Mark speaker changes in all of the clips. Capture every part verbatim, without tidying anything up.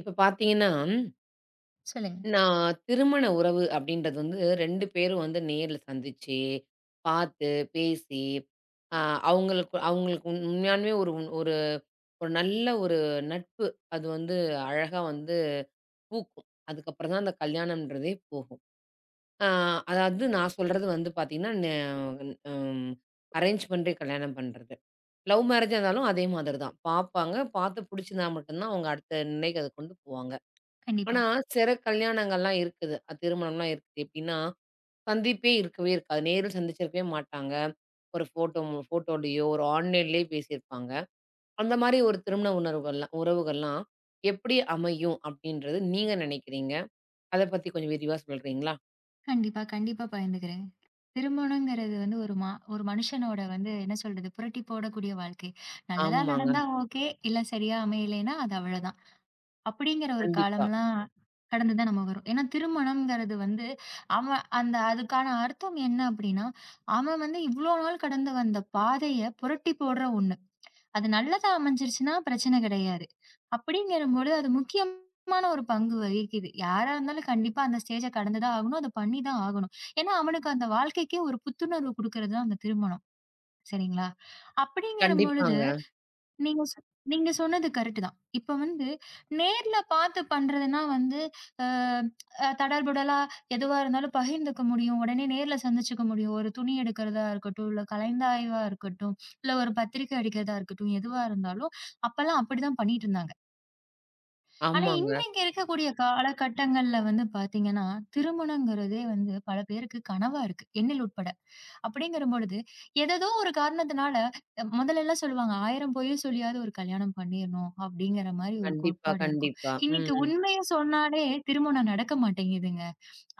Speaker 1: இப்ப பார்த்தீங்கன்னா,
Speaker 2: சொல்லுங்க.
Speaker 1: நான் திருமண உறவு அப்படின்றது வந்து இரண்டு பேரும் வந்து நேர்ல சந்திச்சு, பார்த்து, பேசி, அ அவங்களுக்கு அவங்களுக்கு உண்- உண்மையாலுமே ஒரு உண்- ஒரு ஒரு நல்ல ஒரு நட்பு. அது வந்து அழகா வந்து பூக்கும். அதுக்கப்புறம் தான் அந்த கல்யாணம்ன்றதே போகும். அ அதாவது நான் சொல்றது வந்து பார்த்தீங்கன்னா, ந ம் அரேஞ்ச் பண்ணி கல்யாணம் பண்றது. லவ் மேரேஜா இருந்தாலும் அதே மாதிரி தான். பார்ப்பாங்க, பார்த்து பிடிச்சிருந்தா மட்டும் தான் அவங்க அடுத்த நிலைக்கு அத கொண்டு போவாங்க.
Speaker 2: கண்டிப்பா.
Speaker 1: ஆனா, சில கல்யாணங்கள்லாம் இருக்குது. அ திருமணம்லாம் இருக்குது. எப்படின்னா, சந்திப்பே இருக்கவே இருக்காது. நேரில் சந்திச்சிருக்கவே மாட்டாங்க. ஒரு ஃபோட்டோ மு ஃபோட்டோலயோ, ஒரு ஆன்லைன்லயே பேசியிருப்பாங்க. அந்த மாரி ஒரு திருமண உணர்வுகள்லாம் உறவுகள்லாம் எப்படி அமையும் அப்படின்றது நீங்க நினைக்கிறீங்க? அத பத்தி கொஞ்சம் விரிவா சொல்றீங்களா?
Speaker 2: கண்டிப்பா, கண்டிப்பா பகிர்ந்துக்கிறேன். திருமணங்கிறது வந்து ஒரு மா ஒரு மனுஷனோட வந்து என்ன சொல்றது? புரட்டி போடக்கூடிய வாழ்க்கை. நல்லதா
Speaker 1: ஆமாங்க.
Speaker 2: நடந்தா ஓகே. இல்ல சரியா அமையலைன்னா அது அவ்வளதான். அப்படிங்கிற ஒரு
Speaker 1: கண்டிப்பா.
Speaker 2: காலம்லாம் கடந்து தான் நம்ம வரோம். ஏன்னா திருமணம்ங்கிறது வந்து அவன் அந்த அதுக்கான அர்த்தம் என்ன அப்படின்னா, அவன் வந்து இவ்ளோ நாள் கடந்து வந்த பாதைய புரட்டி போடுற ஒண்ணு. அது நல்லதா அமைஞ்சிருச்சுன்னா பிரச்சனை கிடையாது. அப்படிங்கிறபோது அது முக்கியமான ஒரு பங்கு வகிக்குது. யாரா இருந்தாலும் கண்டிப்பா அந்த ஸ்டேஜ கடந்து தான் ஆகணும். அத பண்ணி தான் ஆகணும். ஏன்னா, அவனுக்கு அந்த வாழ்க்கைக்கே ஒரு புத்துணர்வு குடுக்குறது தான் அந்த திருமணம். சரிங்களா? அப்படிங்கிறபொழுது,
Speaker 1: கண்டிப்பாங்க.
Speaker 2: நீங்க சொ நீங்க சொன்னது கரெக்ட் தான். இப்ப வந்து நேர்ல பார்த்து பண்றதுன்னா வந்து, அ அ தடர்புடலா எதுவா இருந்தாலும் பகிர்ந்துக்க முடியும். உடனே நேர்ல சந்திச்சுக்க முடியும். ஒரு துணி எடுக்கிறதா இருக்கட்டும், இல்ல கலந்தாய்வா இருக்கட்டும், இல்ல ஒரு பத்திரிக்கை அடிக்கிறதா இருக்கட்டும், எதுவா இருந்தாலும் அப்பல்லாம் அப்படிதான் பண்ணிட்டு இருந்தாங்க. ஆனா
Speaker 1: ஆமாங்க.
Speaker 2: இன்றைக்கு இருக்கக்கூடிய காலகட்டங்கள்ல வந்து பார்த்தீங்கன்னா, திருமணங்கிறதே வந்து பல பேருக்கு கனவா இருக்கு. என்னில் உட்பட. அப்படிங்கிற பொழுது, ஏதேதோ ஒரு காரணத்தினால அ முதல்லலாம் சொல்லுவாங்க, "ஆயிரம் பொய் சொல்லியாவது ஒரு கல்யாணம் பண்ணிறணும்." அப்படிங்கிற மாரி ஒரு
Speaker 1: கண்டிப்பா,
Speaker 2: கோட்பாடு இருக்கும்.
Speaker 1: கண்டிப்பா.
Speaker 2: இன்னைக்கு
Speaker 1: ம்.
Speaker 2: உண்மைய சொன்னாலே திருமணம் நடக்க மாட்டேங்குதுங்க.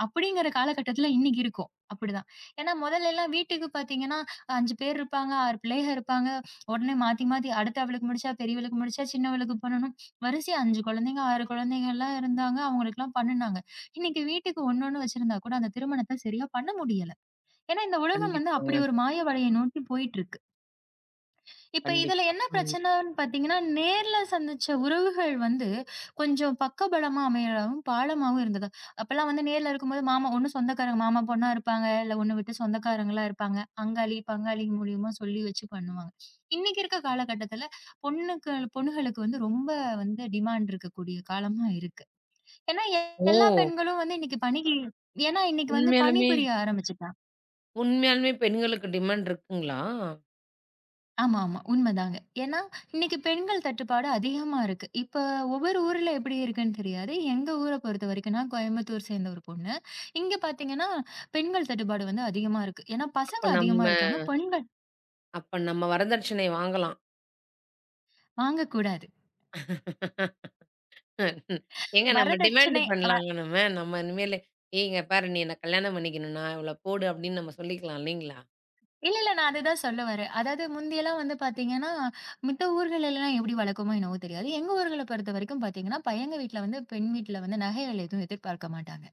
Speaker 2: அப்படிங்கிற காலகட்டத்தில இன்னைக்கு இருக்கோம். அப்படிதான். ஏன்னா முதல்லலாம் வீட்டுக்கு பார்த்தீங்கன்னா, ஐந்து பேர் இருப்பாங்க, ஆறு பிள்ளைக இருப்பாங்க. உடனே மாத்தி மாத்தி அடுத்த அவளுக்கு முடிச்சா, பெரியவளுக்கு முடிச்சா, சின்னவளுக்கு பண்ணணும். வரிசையா ஐந்து குழந்தைங்க, ஆறு குழந்தைங்கலாம் இருந்தாங்க. அவங்களுக்கெல்லாம் பண்ணுனாங்க. இன்னைக்கு வீட்டுக்கு ஒண்ணொண்ணு வச்சிருந்தா கூட அந்த திருமணத்த சரியா பண்ண முடியல. ஏன்னா, இந்த உலகம் வந்து அப்படி
Speaker 1: கண்டிப்பாங்க.
Speaker 2: ஒரு மாய வலைய நோக்கி போயிட்டுருக்கு. இப்ப இதுல
Speaker 1: கண்டிப்பா.
Speaker 2: என்ன
Speaker 1: ம்.
Speaker 2: பிரச்சனன்னு பார்த்தீங்கன்னா, நேர்ல சந்திச்ச உறவுகள் வந்து கொஞ்சம் பக்கபலமா அமையவும், பாலமாவும் இருந்தது. அப்பலாம் வந்து நேர்ல இருக்கும்போது மாமா ஒண்ணு சொந்தக்காரங்க மாமா பொண்ணா இருப்பாங்க, இல்ல ஒண்ணு விட்டு சொந்தக்காரங்களா இருப்பாங்க. அங்காளி, பங்காளி மூலியமா சொல்லி வச்சு பண்ணுவாங்க. இன்னைக்கு இருக்க காலகட்டத்துல பொண்ணுக்கு பொண்ணுகளுக்கு வந்து ரொம்ப வந்து டிமாண்ட் இருக்கக்கூடிய காலமா இருக்கு. ஏன்னா, எல்லா
Speaker 1: ஓ!
Speaker 2: பெண்களும் வந்து இன்னைக்கு பணிக்கு ஏன்னா, இன்னைக்கு வந்து
Speaker 1: உண்மையாலுமே
Speaker 2: பணிபுரிய ஆரம்பிச்சுட்டாங்க.
Speaker 1: உண்மையாலுமே பெண்களுக்கு டிமாண்ட் இருக்குங்களா?
Speaker 2: ஆமா, ஆமா. உண்மதாங்க. ஏன்னா, இன்னைக்கு பெண்கள் தட்டுப்பாடு அதிகமா இருக்கு. இப்ப ஒவ்வொரு ஊர்ல எப்படி இருக்குன்னு தெரியாது. எங்க ஊர பொறுத்தவரைக்கும், நான் கோயம்புத்தூர் சேர்ந்த ஒரு பொண்ணு. இங்க பார்த்தீங்கன்னா, பெண்கள் தட்டுப்பாடு வந்து அதிகமா இருக்கு. ஏன்னா,
Speaker 1: அப்ப
Speaker 2: பசங்க
Speaker 1: நம்ம
Speaker 2: அதிகமா இருக்காங்க. பெண்கள்
Speaker 1: அப்ப நம்ம வரதட்சணை வாங்கலாம்.
Speaker 2: வாங்கக்கூடாது.
Speaker 1: ஏங்க நம்ம டிமாண்ட்
Speaker 2: வரதட்சணை வ
Speaker 1: பண்ணலாங்க நம்ம. நம்ம இனிமேலு "ஏங்க பாரு நீ என்ன கல்யாணம் பண்ணிக்கணும்னா, இவ்ளோ போடு" அப்படின்னு நம்ம சொல்லிக்கலாம் இல்லைங்களா?
Speaker 2: இல்ல, இல்ல. நான் அதுதான் சொல்ல வரேன். அதாவது முந்தியெல்லாம் வந்து பார்த்தீங்கன்னா, மித்த ஊர்கள்லாம் எப்படி வழக்கமோ என்னவோ தெரியாது. எங்க ஊர்கள பொறுத்தவரைக்கும் பார்த்தீங்கன்னா, பையங்க வீட்ல வந்து பெண் வீட்ல வந்து நகைகள் எதுவும் எதிர்பார்க்க மாட்டாங்க.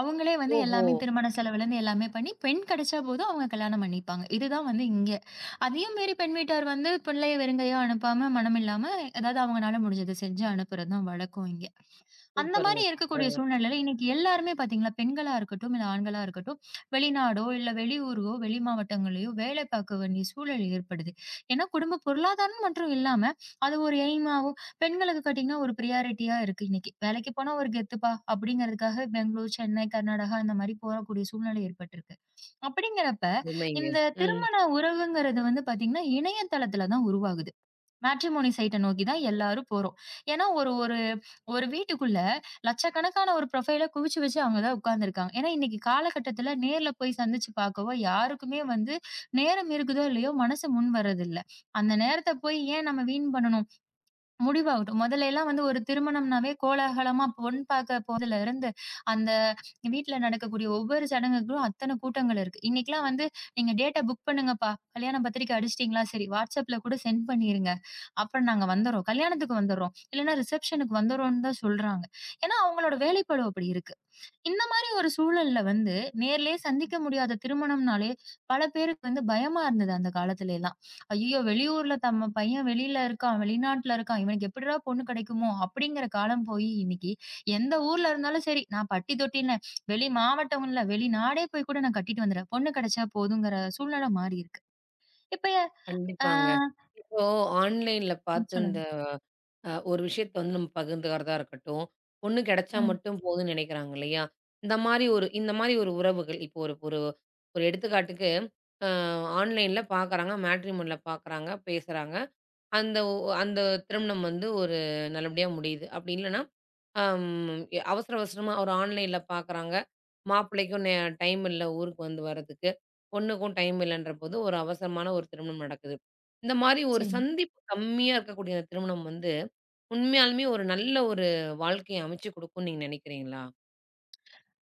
Speaker 2: அவங்களே வந்து
Speaker 1: ஓஹோ!
Speaker 2: எல்லாமே திருமண செலவுலேருந்து எல்லாமே பண்ணி, பெண் கிடைச்சா போதும் அவங்க கல்யாணம் பண்ணிப்பாங்க. இதுதான் வந்து இங்க. அதையும் மீறி பெண் வீட்டார் வந்து பிள்ளைய வெறுங்கையா அனுப்பாம, மனமில்லாம ஏதாவது அவங்கனால முடிஞ்சத செஞ்சு அனுப்புறது தான் வழக்கம் இங்க. அந்த
Speaker 1: சூப்பருங்க,
Speaker 2: மாரி இருக்கக்கூடிய
Speaker 1: சூப்பருங்க.
Speaker 2: சூழ்நிலையில இன்னைக்கு எல்லாருமே பார்த்தீங்களா, பெண்களா இருக்கட்டும், இல்ல ஆண்களா இருக்கட்டும், வெளிநாடோ, இல்ல வெளியூரோ, வெளி மாவட்டங்களையோ வேலை பார்க்க வேண்டிய சூழல் ஏற்படுது. ஏன்னா, குடும்ப பொருளாதாரம் மற்றும் இல்லாம, அது ஒரு எய்மாவும் பெண்களுக்கு பார்த்தீங்கன்னா, ஒரு பிரியாரிட்டியா இருக்கு இன்னைக்கு. வேலைக்கு போனா ஒரு கெத்துப்பா அப்படிங்கிறதுக்காக பெங்களூர், சென்னை, கர்நாடகா அந்த மாரி போகக்கூடிய சூழ்நிலை ஏற்பட்டிருக்கு. அப்படிங்கிறப்ப,
Speaker 1: அருமைங்க.
Speaker 2: இந்த
Speaker 1: ம்.
Speaker 2: திருமண உறவுங்கிறது வந்து பார்த்தீங்கன்னா, இணையதளத்தில தான் உருவாகுது. மேட்ரிமோனி சைட்ட நோக்கி தான் எல்லாரும் போறோம். ஏன்னா, ஒரு ஒரு ஒரு வீட்டுக்குள்ள லட்சக்கணக்கான ஒரு ப்ரொஃபைல குவிச்சு வச்சு அவங்க தான் உட்கார்ந்துருக்காங்க. ஏன்னா, இன்னைக்கு காலகட்டத்துல நேர்ல போய் சந்திச்சு பார்க்கவோ, யாருக்குமே வந்து நேரம் இருக்குதோ! இல்லையோ! மனசு முன் வரதில்ல. அந்த நேரத்த போய் ஏன் நம்ம வீண் பண்ணணும்? முடிவாகட்டும். முதல்ல எல்லாம் வந்து ஒரு திருமணம்னாவே கோலாகலமா பொண் பார்க்க போறதுல இருந்து, அந்த வீட்ல நடக்கக்கூடிய ஒவ்வொரு சடங்குக்கும் அத்தன கூட்டங்கள் இருக்கு. இன்னைக்கெல்லாம் வந்து நீங்க டேட்ட புக் பண்ணுங்கப்பா. கல்யாண பத்திரிக்கை அடிச்சிட்டீங்களா? சரி WhatsAppல கூட சென்ட் பண்ணிருங்க. அப்புறம் நாங்க வந்துர்றோம். கல்யாணத்துக்கு வந்துர்றோம். இல்லன்னா ரிசப்ஷனுக்கு வந்துர்றோம்ன்னு தான் சொல்றாங்க. ஏன்னா அவங்களோட வேலைப்பளு அப்படி இருக்கு. இந்த மாரி ஒரு சூழல்ல வந்து, நேர்லயே சந்திக்க முடியாத திருமணம்னாலே, பல பேருக்கு வந்து பயமா இருந்தது அந்த காலத்துல எல்லாம். ஐயய்யோ! வெளியூர்ல தம்ம பையன் வெளியில இருக்கான், வெளிநாட்டுல இருக்கான், இவனுக்கு எப்படிடா பொண்ணு கிடைக்குமோ? அப்படிங்கிற காலம் போயி இன்னைக்கு, எந்த ஊர்ல இருந்தாலும் சரி, நான் பட்டி தொட்டின்னு, வெளி மாவட்டம் இல்ல, வெளிநாடே போய் கூட நான் கட்டிட்டு வந்துடுறேன். பொண்ணு கிடைச்சா போதுங்கிற சூழ்நிலை மாறி இருக்கு. இப்ப அ
Speaker 1: கண்டிப்பாங்க. இப்போ ஆன்லைன்ல பார்த்து
Speaker 2: சொல்லுங்க.
Speaker 1: இந்த அ ஒரு விஷயத்த வந்து நம்ம பகிர்ந்துக்கிறதா இருக்கட்டும், பொண்ணு கிடைச்சா
Speaker 2: ம்.
Speaker 1: மட்டும் போதும்ன்னு நினைக்கிறாங்க இல்லையா? இந்த மாரி ஒரு இந்த மாரி ஒரு உறவுகள் இப்போ ஒரு ஒரு ஒரு எடுத்துக்காட்டுக்கு, அ ஆன்லைன்ல பார்க்குறாங்க, மேட்ரிமோனில பார்க்குறாங்க, பேசுறாங்க. அந்த ஒ அந்த திருமணம் வந்து ஒரு நல்லபடியா முடியுது. அப்படி இல்லன்னா, அம் எ அவசர அவசரமா ஒரு ஆன்லைன்ல பார்க்குறாங்க. மாப்பிள்ளைக்கும் நே டைம் இல்ல ஊருக்கு வந்து வரதுக்கு. பொண்ணுக்கும் டைம் இல்லன்ற போது ஒரு அவசரமான ஒரு திருமணம் நடக்குது. இந்த மாரி ஒரு
Speaker 2: சரிங்க.
Speaker 1: சந்திப்பு கம்மியா இருக்கக்கூடிய அந்த திருமணம் வந்து, உண்மையாலுமே ஒரு நல்ல ஒரு வாழ்க்கைய அமைச்சு குடுக்கும்னு நீங்க நினைக்கிறீங்களா?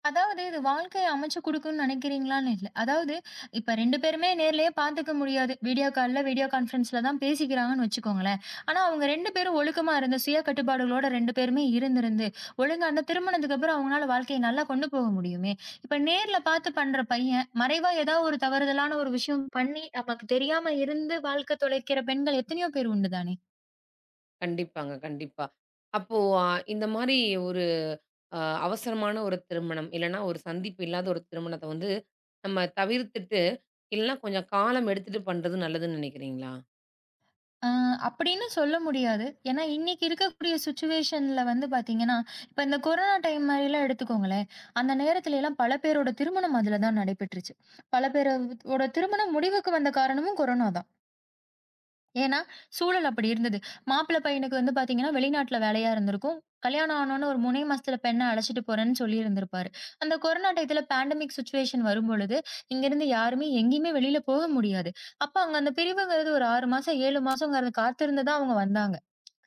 Speaker 2: அதாவது இது வாழ்க்கைய அமைச்சு குடுக்கும்னு நினைக்கிறீங்களான்னு இல்ல. அதாவது இப்ப ரெண்டு பேருமே நேர்லயே பார்த்துக்க முடியாது. வீடியோ கால்ல, வீடியோ கான்ஃபரன்ஸ்ல தான் பேசிக்கிறாங்கன்னு வச்சுக்கோங்களேன். ஆனா அவங்க ரெண்டு பேரும் ஒழுக்கமா இருந்து, சுய கட்டுப்பாடுகளோட ரெண்டு பேருமே இருந்திருந்து, ஒழுங்கா அந்த திருமணத்துக்கு அப்புறம் அவங்களால வாழ்க்கைய நல்லா கொண்டு போக முடியுமே! இப்ப நேர்ல பார்த்து பண்ற பையன், மறைவா ஏதாவது ஒரு தவறுதலான ஒரு விஷயம் பண்ணி, நமக்கு தெரியாம இருந்து வாழ்க்கை தொலைக்கிற பெண்கள் எத்தனையோ பேர் உண்டு தானே!
Speaker 1: கண்டிப்பாங்க, கண்டிப்பா. அப்போ அ இந்த மாரி ஒரு அ அவசரமான ஒரு திருமணம், இல்லன்னா ஒரு சந்திப்பு இல்லாத ஒரு திருமணத்த வந்து நம்ம தவிர்த்துட்டு இல்லன்னா கொஞ்சம் காலம் எடுத்துட்டு பண்றது நல்லதுன்னு நினைக்கிறீங்களா?
Speaker 2: ஆ அப்படின்னு சொல்ல முடியாது. ஏன்னா, இன்னைக்கு இருக்கக்கூடிய சிச்சுவேஷன்ல வந்து பார்த்தீங்கன்னா, இப்ப இந்த கொரோனா டைம் மாரிலாம் எடுத்துக்கோங்களேன். அந்த நேரத்துலலாம் பல பேரோட திருமணம் அதுல தான் நடைபெற்றுச்சு. பல பேரோட திருமணம் முடிவுக்கு வந்த காரணமும் கொரோனா தான். ஏன்னா, சூழல் அப்படி இருந்தது. மாப்பிள பையனுக்கு வந்து பாத்தீங்கன்னா, வெளிநாட்டுல வேலையா இருந்திருக்கும். கல்யாணம் ஆனோனே ஒரு மூணு மாசத்துல பெண்ண அழைச்சுட்டு போறேன்னு சொல்லியிருந்திருப்பாரு. அந்த கொரோனா டயத்துல பேண்டமிக் சிச்சுவேஷன் வரும்பொழுது, இங்கருந்து யாருமே எங்கேயுமே வெளியில போக முடியாது. அப்ப அங்க அந்த பிரிவுங்கிறது ஒரு ஆறு மாசம், ஏழு மாசங்கிறது காத்திருந்து தான் அவங்க வந்தாங்க.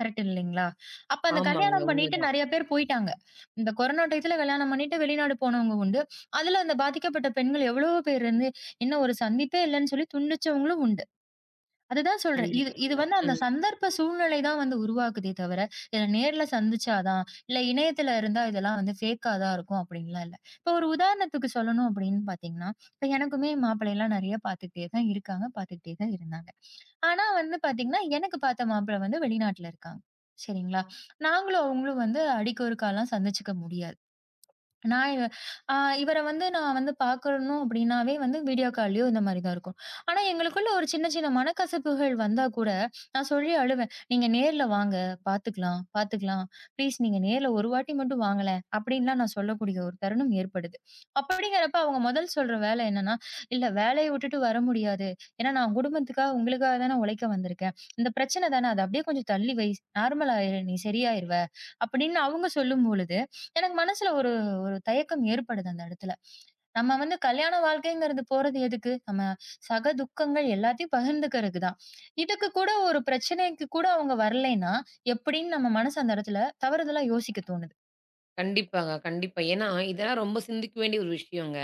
Speaker 2: கரெக்ட் இல்லைங்களா? அப்ப அந்த
Speaker 1: ஆமாங்க.
Speaker 2: கல்யாணம் பண்ணிட்டு
Speaker 1: உண்மைதான்.
Speaker 2: நெறைய பேர் போயிட்டாங்க. இந்த கொரோனா டயத்துல கல்யாணம் பண்ணிட்டு வெளிநாடு போனவங்க உண்டு. அதுல அந்த பாதிக்கப்பட்ட பெண்கள் எவ்வளவோ பேர் இருந்து, இன்னும் ஒரு சந்திப்பே இல்லன்னு சொல்லி துண்டிச்சவங்களும் உண்டு. அதுதான் சொல்றேன். இது இது
Speaker 1: கண்டிப்பாங்க.
Speaker 2: வந்து அந்த
Speaker 1: ம்.
Speaker 2: சந்தர்ப்ப சூழ்நிலை தான் வந்து உருவாக்குதே தவிர, இத நேர்ல சந்திச்சா தான், இல்ல இணையத்துல இருந்தா இதெல்லாம் வந்து ஃபேக்கா தான் இருக்கும் அப்படின்லாம் இல்ல. இப்போ ஒரு உதாரணத்துக்கு சொல்லணும் அப்படின்னு பார்த்தீங்கன்னா, இப்ப எனக்குமே மாப்பிள்ளைலாம் நெறைய பார்த்துக்கிட்டே தான் இருக்காங்க, பார்த்துக்கிட்டே தான் இருந்தாங்க. ஆனா வந்து பார்த்தீங்கன்னா, எனக்கு பார்த்த மாப்பிள்ளை வந்து வெளிநாட்டுல இருக்காங்க. சரிங்களா? நாங்களும் அவங்களும் வந்து அடிக்கொருக்காலாம் சந்திச்சுக்க முடியாது. நான் இவ அ இவர வந்து நான் வந்து பார்க்கணும் அப்படின்னாவே வந்து வீடியோ கால்லயோ இந்த மாரி தான் இருக்கும். ஆனா, எங்களுக்குள்ள ஒரு சின்ன, சின்ன மனக்கசப்புகள் வந்தா கூட நான் சொல்லி அழுவேன். "நீங்க நேர்ல வாங்க. பார்த்துக்கலாம், பார்த்துக்கலாம். ப்ளீஸ் நீங்க நேர்ல ஒரு வாட்டி மட்டும் வாங்களேன்." அப்படின்லாம் நான் சொல்லக்கூடிய ஒரு தருணம் ஏற்படுது. அப்படிங்கிறப்ப அவங்க முதல் சொல்ற வேலை என்னன்னா, "இல்ல வேலைய விட்டுட்டு வர முடியாது. ஏன்னா நான் குடும்பத்துக்காக உங்களுக்காக தானே உழைக்க வந்திருக்கேன். இந்த பிரச்சனை தானே அத அப்படியே கொஞ்சம் தள்ளி வை. நார்மல் ஆயிரு நீ சரியாயிருவ." அப்படின்னு அவங்க சொல்லும்பொழுது, எனக்கு மனசுல ஒரு ஒரு தயக்கம் ஏற்படுது அந்த இடத்துல. நம்ம வந்து கல்யாண வாழ்க்கைங்கிறது போறது எதுக்கு? நம்ம சக துக்கங்கள் எல்லாத்தையும் பகிர்ந்துக்கிறதுக்கு தான். இதுக்கு கூட ஒரு பிரச்சனைக்கு கூட அவங்க வரலைன்னா, எப்படின்னு நம்ம மனசு அந்த இடத்துல தவறுதலா யோசிக்க தோணுது.
Speaker 1: கண்டிப்பாங்க, கண்டிப்பா. ஏன்னா, இதெல்லாம் ரொம்ப சிந்திக்க வேண்டிய ஒரு விஷயங்க.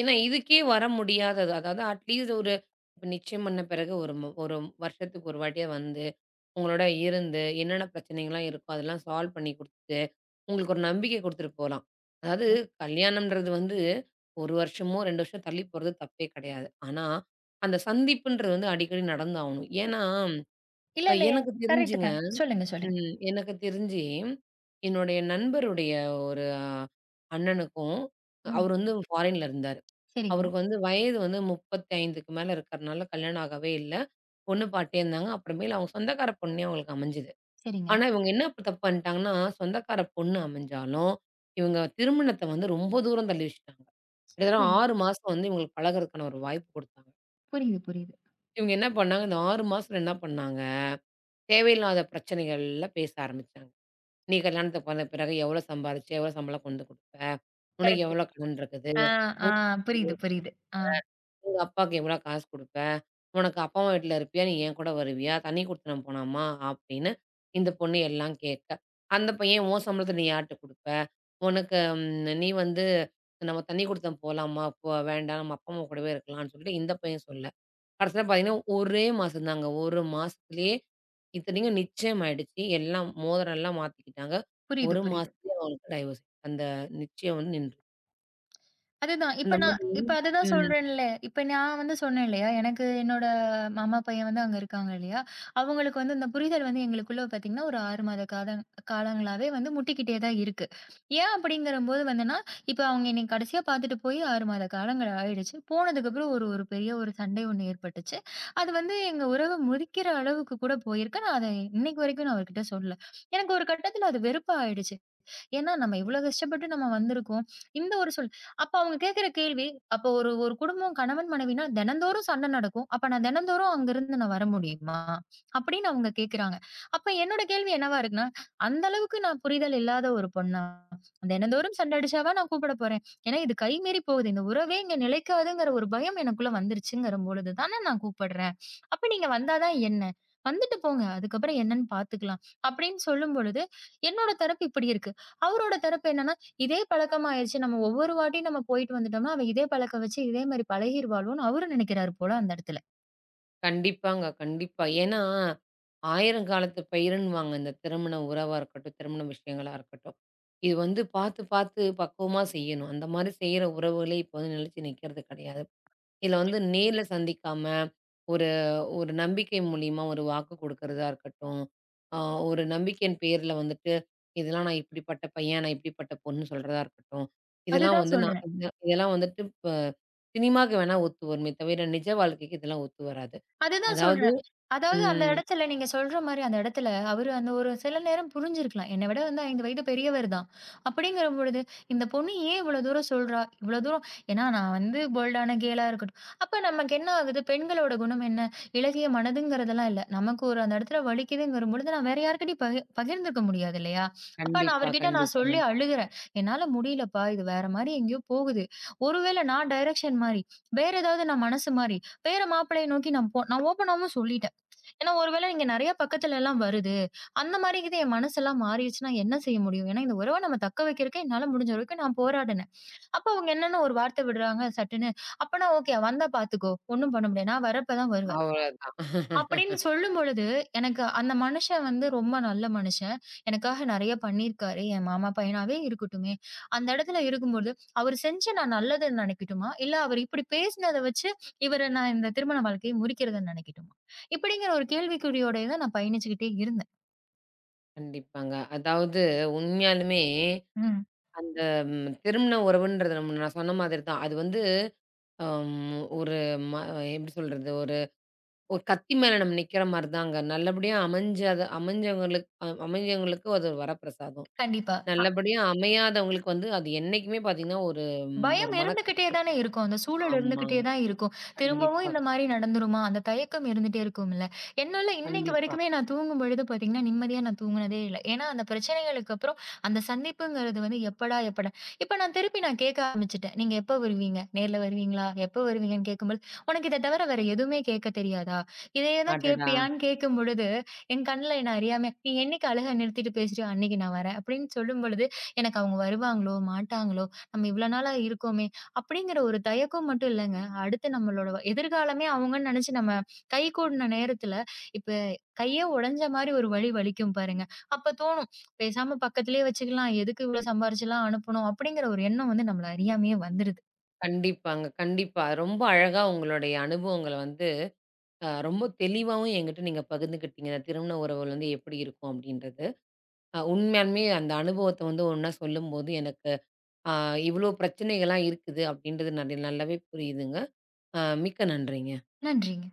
Speaker 1: ஏன்னா, இதுக்கே வர முடியாதது. அதாவது அட்லீஸ்ட் ஒரு இப்ப நிச்சயம் பண்ண பிறகு ஒரு மு ஒரு வருஷத்துக்கு ஒரு வாட்டியா வந்து, உங்களோட இருந்து என்னென்ன பிரச்சனைகள்லாம் இருக்கோ, அதெல்லாம் சால்வ் பண்ணி குடுத்துட்டு, உங்களுக்கு ஒரு நம்பிக்கை குடுத்துட்டு போலாம். அதாவது கல்யாணம்ன்றது வந்து ஒரு வருஷமோ, இரண்டு வருஷம் தள்ளி போறது தப்பே கிடையாது. ஆனா, அந்த சந்திப்புன்றது வந்து அடிக்கடி நடந்தாகணும். ஏன்னா
Speaker 2: இல்ல,
Speaker 1: அ
Speaker 2: இல்லயே!
Speaker 1: எனக்கு
Speaker 2: கரெக்ட்
Speaker 1: தெரிஞ்சுங்க.
Speaker 2: தான். சொல்லுங்க, சொல்லுங்க.
Speaker 1: ம். எனக்கு தெரிஞ்சு, என்னுடைய நண்பருடைய ஒரு அண்ணனுக்கும்,
Speaker 2: ம்.
Speaker 1: அவரு வந்து ஃபாரின்ல இருந்தாரு.
Speaker 2: சரிங்க,
Speaker 1: அவருக்கு வந்து வயது வந்து முப்பத்தைந்துக்கு மேல இருக்கிறனால கல்யாணம் ஆகவே இல்ல. பொண்ணு பாத்துட்டே இருந்தாங்க. அப்புறமேலு அவங்க சொந்தக்கார பொண்ணே அவங்களுக்கு அமைஞ்சது.
Speaker 2: சரிங்க.
Speaker 1: ஆனா, இவங்க என்ன தப்பு பண்ணிட்டாங்கன்னா, சொந்தக்கார பொண்ணு அமைஞ்சாலும், இவங்க திருமணத்த வந்து ரொம்ப தூரம் தள்ளி வச்சுட்டாங்க. கிட்டத்தட்ட
Speaker 2: புரி
Speaker 1: ஆறு மாசம் வந்து இவங்களுக்கு பழகுறதுக்கான ஒரு வாய்ப்பு குடுத்தாங்க.
Speaker 2: புரியுது, புரியுது.
Speaker 1: இவங்க என்ன பண்ணாங்க, இந்த ஆறு மாசத்துல என்ன பண்ணாங்க, தேவையில்லாத பிரச்சனைகள்லாம் பேச ஆரம்பிச்சாங்க. நீ கல்யாணத்துக்கு போன பிறகு எவ்வளோ சம்பாரிச்ச? எவ்வளோ சம்பளம் கொண்டு குடுப்ப? உனக்கு
Speaker 2: கரெக்ட்.
Speaker 1: எவ்வளோ கடன் இருக்குது?
Speaker 2: ஆ, ஆ.
Speaker 1: உன்
Speaker 2: புரியுது, புரியுது. ஆ.
Speaker 1: உங்க அப்பாவுக்கு எவ்வளோ காசு குடுப்ப? உனக்கு அப்பா அம்மா வீட்ல இருப்பியா? நீ என் கூட வருவியா? தனி குடித்தனம் போலாமா? அப்படின்னு இந்த பொண்ணு எல்லாம் கேட்க, அந்த பையன் உன் சம்பளத்த நீ யார்ட்ட குடுப்ப? உனக்கு ம் நீ வந்து நம்ம தனி குடித்தனம் போலாமா? போ வேண்டாம். நம்ம அப்பா அம்மா கூடவே இருக்கலாம்னு சொல்லிட்டு இந்த பையன் சொல்ல கடைசியில பார்த்தீங்கன்னா, ஒரே மாசம் தாங்க. ஒரு மாசத்துலயே இத்தனைக்கும் நிச்சயம் ஆயிடுச்சு. எல்லாம் மோதிரம் எல்லாம் மாத்திக்கிட்டாங்க.
Speaker 2: புரியுது,
Speaker 1: ஒரு
Speaker 2: புரியுது.
Speaker 1: மாசத்துலயே அவங்களுக்கு டைவோர்ஸ். அந்த நிச்சயம் வந்து நின்றுச்சு.
Speaker 2: அதுதான். இப்ப
Speaker 1: அந்த
Speaker 2: நான்
Speaker 1: மாதிரி
Speaker 2: இப்ப அதுதான்
Speaker 1: ம்.
Speaker 2: சொல்றேன்ல. இப்ப நான் வந்து சொன்னேன் இல்லையா, எனக்கு என்னோட மாமா பையன் வந்து அங்க இருக்காங்க இல்லையா, அவங்களுக்கு வந்து இந்த புரிதல் வந்து எங்களுக்குள்ள பார்த்தீங்கன்னா, ஒரு ஆறு மாத காதங் காலங்களாவே வந்து முட்டிக்கிட்டே தான் இருக்கு. ஏன் அப்படிங்கிறபோது வந்துனா, இப்ப அவங்க என்னைய கடைசியா பார்த்துட்டு போய் ஆறு மாத காலங்கள் ஆயிடுச்சு. போனதுக்கப்புறம் ஒரு ஒரு பெரிய ஒரு சண்டை ஒண்ணு ஏற்பட்டுச்சு. அது வந்து எங்க உறவு முறிக்கிற அளவுக்கு கூட போயிருக்கு. நான் அத இன்னைக்கு வரைக்கும் நான் அவர்கிட்ட சொல்லல. எனக்கு ஒரு கட்டத்தில அது வெறுப்பா ஆயிடுச்சு. ஏன்னா நம்ம இவ்ளோ கஷ்டப்பட்டு நம்ம வந்திருக்கோம். இந்த ஒரு சொல் அப்ப அவங்க கேட்கிற கேள்வி, அப்ப ஒரு ஒரு குடும்பம் கணவன் மனைவினா தினந்தோறும் சண்டை நடக்கும். அப்ப நான் தினந்தோறும் அங்கிருந்து நான் வர முடியுமா? அப்படின்னு அவங்க கேட்கிறாங்க. அப்ப என்னோட கேள்வி என்னவா இருக்குன்னா, அந்த அளவுக்கு நான் புரிதல் இல்லாத ஒரு பொண்ணா? தினந்தோறும் சண்டை அடிச்சாவா நான் கூப்பிட போறேன்? ஏன்னா இது கை மீறி போகுது. இந்த உறவே இங்க நிலைக்காதுங்கிற ஒரு பயம் எனக்குள்ள வந்துருச்சுங்கிற பொழுது தானே நான் கூப்பிடுறேன். அப்ப நீங்க வந்தா தான் என்ன? வந்துட்டு போங்க. அதுக்கப்புறம் என்னன்னு பார்த்துக்கலாம். அப்படின்னு சொல்லும் பொழுது, என்னோட தரப்பு இப்படி இருக்கு. அவரோட தரப்பு என்னன்னா, இதே பழக்கமாயிருச்சு. நம்ம ஒவ்வொரு வாட்டியும் நம்ம போயிட்டு வந்துட்டோம்னா, அவ இதே பழக்கம் வச்சு இதே மாரி பழகிருவாளோன்னு அவரும் நினைக்கிறாரு போல அந்த இடத்துல.
Speaker 1: கண்டிப்பாங்க, கண்டிப்பா. ஏன்னா, ஆயிரங்காலத்து பயிருன்னுவாங்க. இந்த திருமண உறவா இருக்கட்டும், திருமண விஷயங்களா இருக்கட்டும். இது வந்து பார்த்து, பார்த்து பக்குவமா செய்யணும். அந்த மாரி செய்ற உறவுகளே இப்ப வந்து நிலைச்சு நிக்கிறது கிடையாது. இதுல வந்து நேர்ல சந்திக்காம, ஒரு ஒரு நம்பிக்கை மூலியமா ஒரு வாக்கு குடுக்கிறதா இருக்கட்டும், அ ஒரு நம்பிக்கையின் பேர்ல வந்துட்டு, இதெல்லாம் நான் இப்படிப்பட்ட பையன், நான் இப்படிப்பட்ட பொண்ணுன்னு சொல்றதா இருக்கட்டும். இதெல்லாம்
Speaker 2: அதுதான்
Speaker 1: வந்து நான்
Speaker 2: சொல்றேன்.
Speaker 1: இந்த இதெல்லாம் வந்துட்டு இப்ப சினிமாக்கு வேணா ஒத்து வருமே தவிர, நிஜ வாழ்க்கைக்கு இதெல்லாம் ஒத்து வராது.
Speaker 2: அதுதான்
Speaker 1: அதாவது
Speaker 2: சொல்றேன். அதாவது அந்த
Speaker 1: ம்.
Speaker 2: இடத்துல நீங்க சொல்ற மாரி அந்த இடத்துல அவரு அந்த ஒரு சில நேரம் புரிஞ்சிருக்கலாம். என்ன விட வந்து ஐந்து வயது பெரியவர் தான். அப்படிங்கிற பொழுது, இந்த பொண்ணு ஏன் இவ்வளோ தூரம் சொல்றா? இவ்வளோ தூரம் ஏன்னா நான் வந்து போல்டான கேலா இருக்கட்டும். அப்ப நமக்கு என்ன ஆகுது? பெண்களோட குணம் என்ன? இளகிய மனதுங்கிறதெல்லாம் இல்ல. நமக்கு ஒரு அந்த இடத்துல வலிக்குதுங்கிற பொழுது நான் வேற யார்கிட்டயும் பகி பகிர்ந்துக்க முடியாது இல்லையா? அப்ப நான்
Speaker 1: கண்டிப்பா,
Speaker 2: அவர்கிட்ட நான்
Speaker 1: கண்டிப்பாங்க.
Speaker 2: சொல்லி அழுகுறேன். "என்னால முடியலப்பா. இது வேற மாரி எங்கேயோ போகுது." ஒருவேளை நான் டைரக்ஷன் மாறி, வேற ஏதாவது நான் மனசு மாறி, வேற மாப்பிள்ளைய நோக்கி நான் போ நான் ஓப்பனாவும் சொல்லிட்டேன். ஏன்னா, ஒருவேள இங்க நெறைய பக்கத்துலலாம் வருது. அந்த மாரி இது என் மனசெல்லாம் மாறிடுச்சுன்னா என்ன செய்ய முடியும்? ஏன்னா, இந்த உறவ நம்ம தக்க வைக்கிறக்கு என்னால முடிஞ்ச வரைக்கும் நான் போராடினேன். அப்ப அவங்க என்னன்னு ஒரு வார்த்தை விடுறாங்க சட்டுன்னு. அப்பன்னா ஓகே வந்தா பார்த்துக்கோ! ஒண்ணும் பண்ண முடியாது. நான் வர்றப்ப தான் வருவேன்.
Speaker 1: அவ்வளதான்.
Speaker 2: அப்படின்னு சொல்லும் பொழுது, எனக்கு அந்த மனுஷன் வந்து ரொம்ப நல்ல மனுஷன். எனக்காக நெறைய பண்ணியிருக்காரு. என் மாமா பையனாவே இருக்கட்டுமே. அந்த இடத்துல இருக்கும்போது, அவரு செஞ்ச நான் நல்லதுன்னு நெனைக்கட்டுமா? இல்ல அவரு இப்படி பேசினத வச்சு, இவர நான் இந்த திருமண வாழ்க்கைய முறிக்கிறதுன்னு நெனைக்கட்டுமா? இப்படிங்கிற ஒரு கேள்விக்குறியோடயே தான் நான் பயணிச்சுக்கிட்டே இருந்தேன்.
Speaker 1: கண்டிப்பாங்க. அதாவது உண்மையாலுமே
Speaker 2: ம்.
Speaker 1: அந்த ம் திருமண உறவுன்றது நம்ம நான் சொன்ன மாதிரி தான். அது வந்து அம் ஒரு ம எப்படி சொல்றது? ஒரு ஒரு கத்தி மேல நம்ம நிக்கிற மாரி தாங்க. நல்லபடியா அமைஞ்ச அது அமைஞ்சவங்களுக்கு அ அமைஞ்சவங்களுக்கு அது ஒரு வரப்பிரசாதம்.
Speaker 2: கண்டிப்பா.
Speaker 1: நல்லபடியா அமையாதவங்களுக்கு வந்து அது என்னைக்குமே பாத்தீங்கன்னா, ஒரு ம், ஒரு
Speaker 2: பயம்
Speaker 1: மன
Speaker 2: இருந்துகிட்டே
Speaker 1: கஷ்டம்.
Speaker 2: தானே இருக்கும். அந்த சூழல் இருந்துகிட்டே
Speaker 1: ஆமாங்க.
Speaker 2: தான் இருக்கும். திரும்பவும்
Speaker 1: கண்டிப்பாக,
Speaker 2: இந்த மாரி நடந்துருமா? அந்த தயக்கம் இருந்துட்டே இருக்கும்ல. என்னால இன்னைக்கு
Speaker 1: கண்டிப்பா.
Speaker 2: வரைக்குமே நான் தூங்கும்பொழுது பார்த்தீங்கன்னா, நிம்மதியா நான் தூங்குனதே இல்ல. ஏன்னா, அந்த பிரச்சனைகளுக்கு அப்புறம் அந்த சந்திப்புங்கிறது வந்து எப்படா, எப்படா இப்ப நான் திருப்பி நான் கேட்க ஆரம்பிச்சுட்டேன். "நீங்க எப்ப வருவீங்க? நேர்ல வருவீங்களா? எப்ப வருவீங்கன்னு?" கேட்கும்போது, "உனக்கு இத தவிர வேற எதுவுமே கேட்க தெரியாதா? இதையே தான்
Speaker 1: அடடா!
Speaker 2: கேட்பியான்னு?" கேட்கும்பொழுது, என் கண்ல என்ன அறியாம, "நீ என்னைக்கு அழுக நிறுத்திட்டு பேசுறியோ, அன்னைக்கு நான் வரேன்." அப்படின்னு சொல்லும்பொழுது, எனக்கு அவங்க வருவாங்களோ? மாட்டாங்களோ? நம்ம இவ்வளோ நாளா இருக்கோமே! அப்படிங்கிற ஒரு தயக்கம் மட்டும் இல்லங்க. அடுத்து நம்மளோட எதிர்காலமே அவங்கன்னு நெனச்சு நம்ம கை கூடின நேரத்துல, இப்ப கையே உடைஞ்ச மாரி ஒரு வலி வலிக்கும் பாருங்க. அப்ப தோணும், பேசாம பக்கத்திலேயே வச்சுக்கலாம். எதுக்கு இவ்வளோ சம்பாரிச்சுலாம் அனுப்பணும்? அப்படிங்கிற ஒரு எண்ணம் வந்து நம்மள அறியாமயே வந்துருது.
Speaker 1: கண்டிப்பாங்க, கண்டிப்பா. ரொம்ப அழகா உங்களுடைய அனுபவங்கள வந்து அ ரொம்ப தெளிவாவும் என்கிட்ட நீங்க பகிர்ந்துக்கிட்டீங்க. இந்த திருமண உறவுகள் வந்து எப்படி இருக்கும் அப்படின்றது. அ உண்மையாலுமே அந்த அனுபவத்த வந்து ஒண்ணா சொல்லும்போது எனக்கு ஆ இவ்ளோ பிரச்சனைகள்லாம் இருக்குது அப்படின்றது நல் நல்லாவே புரியுதுங்க. ஆ மிக்க நன்றிங்க.
Speaker 2: நன்றிங்க.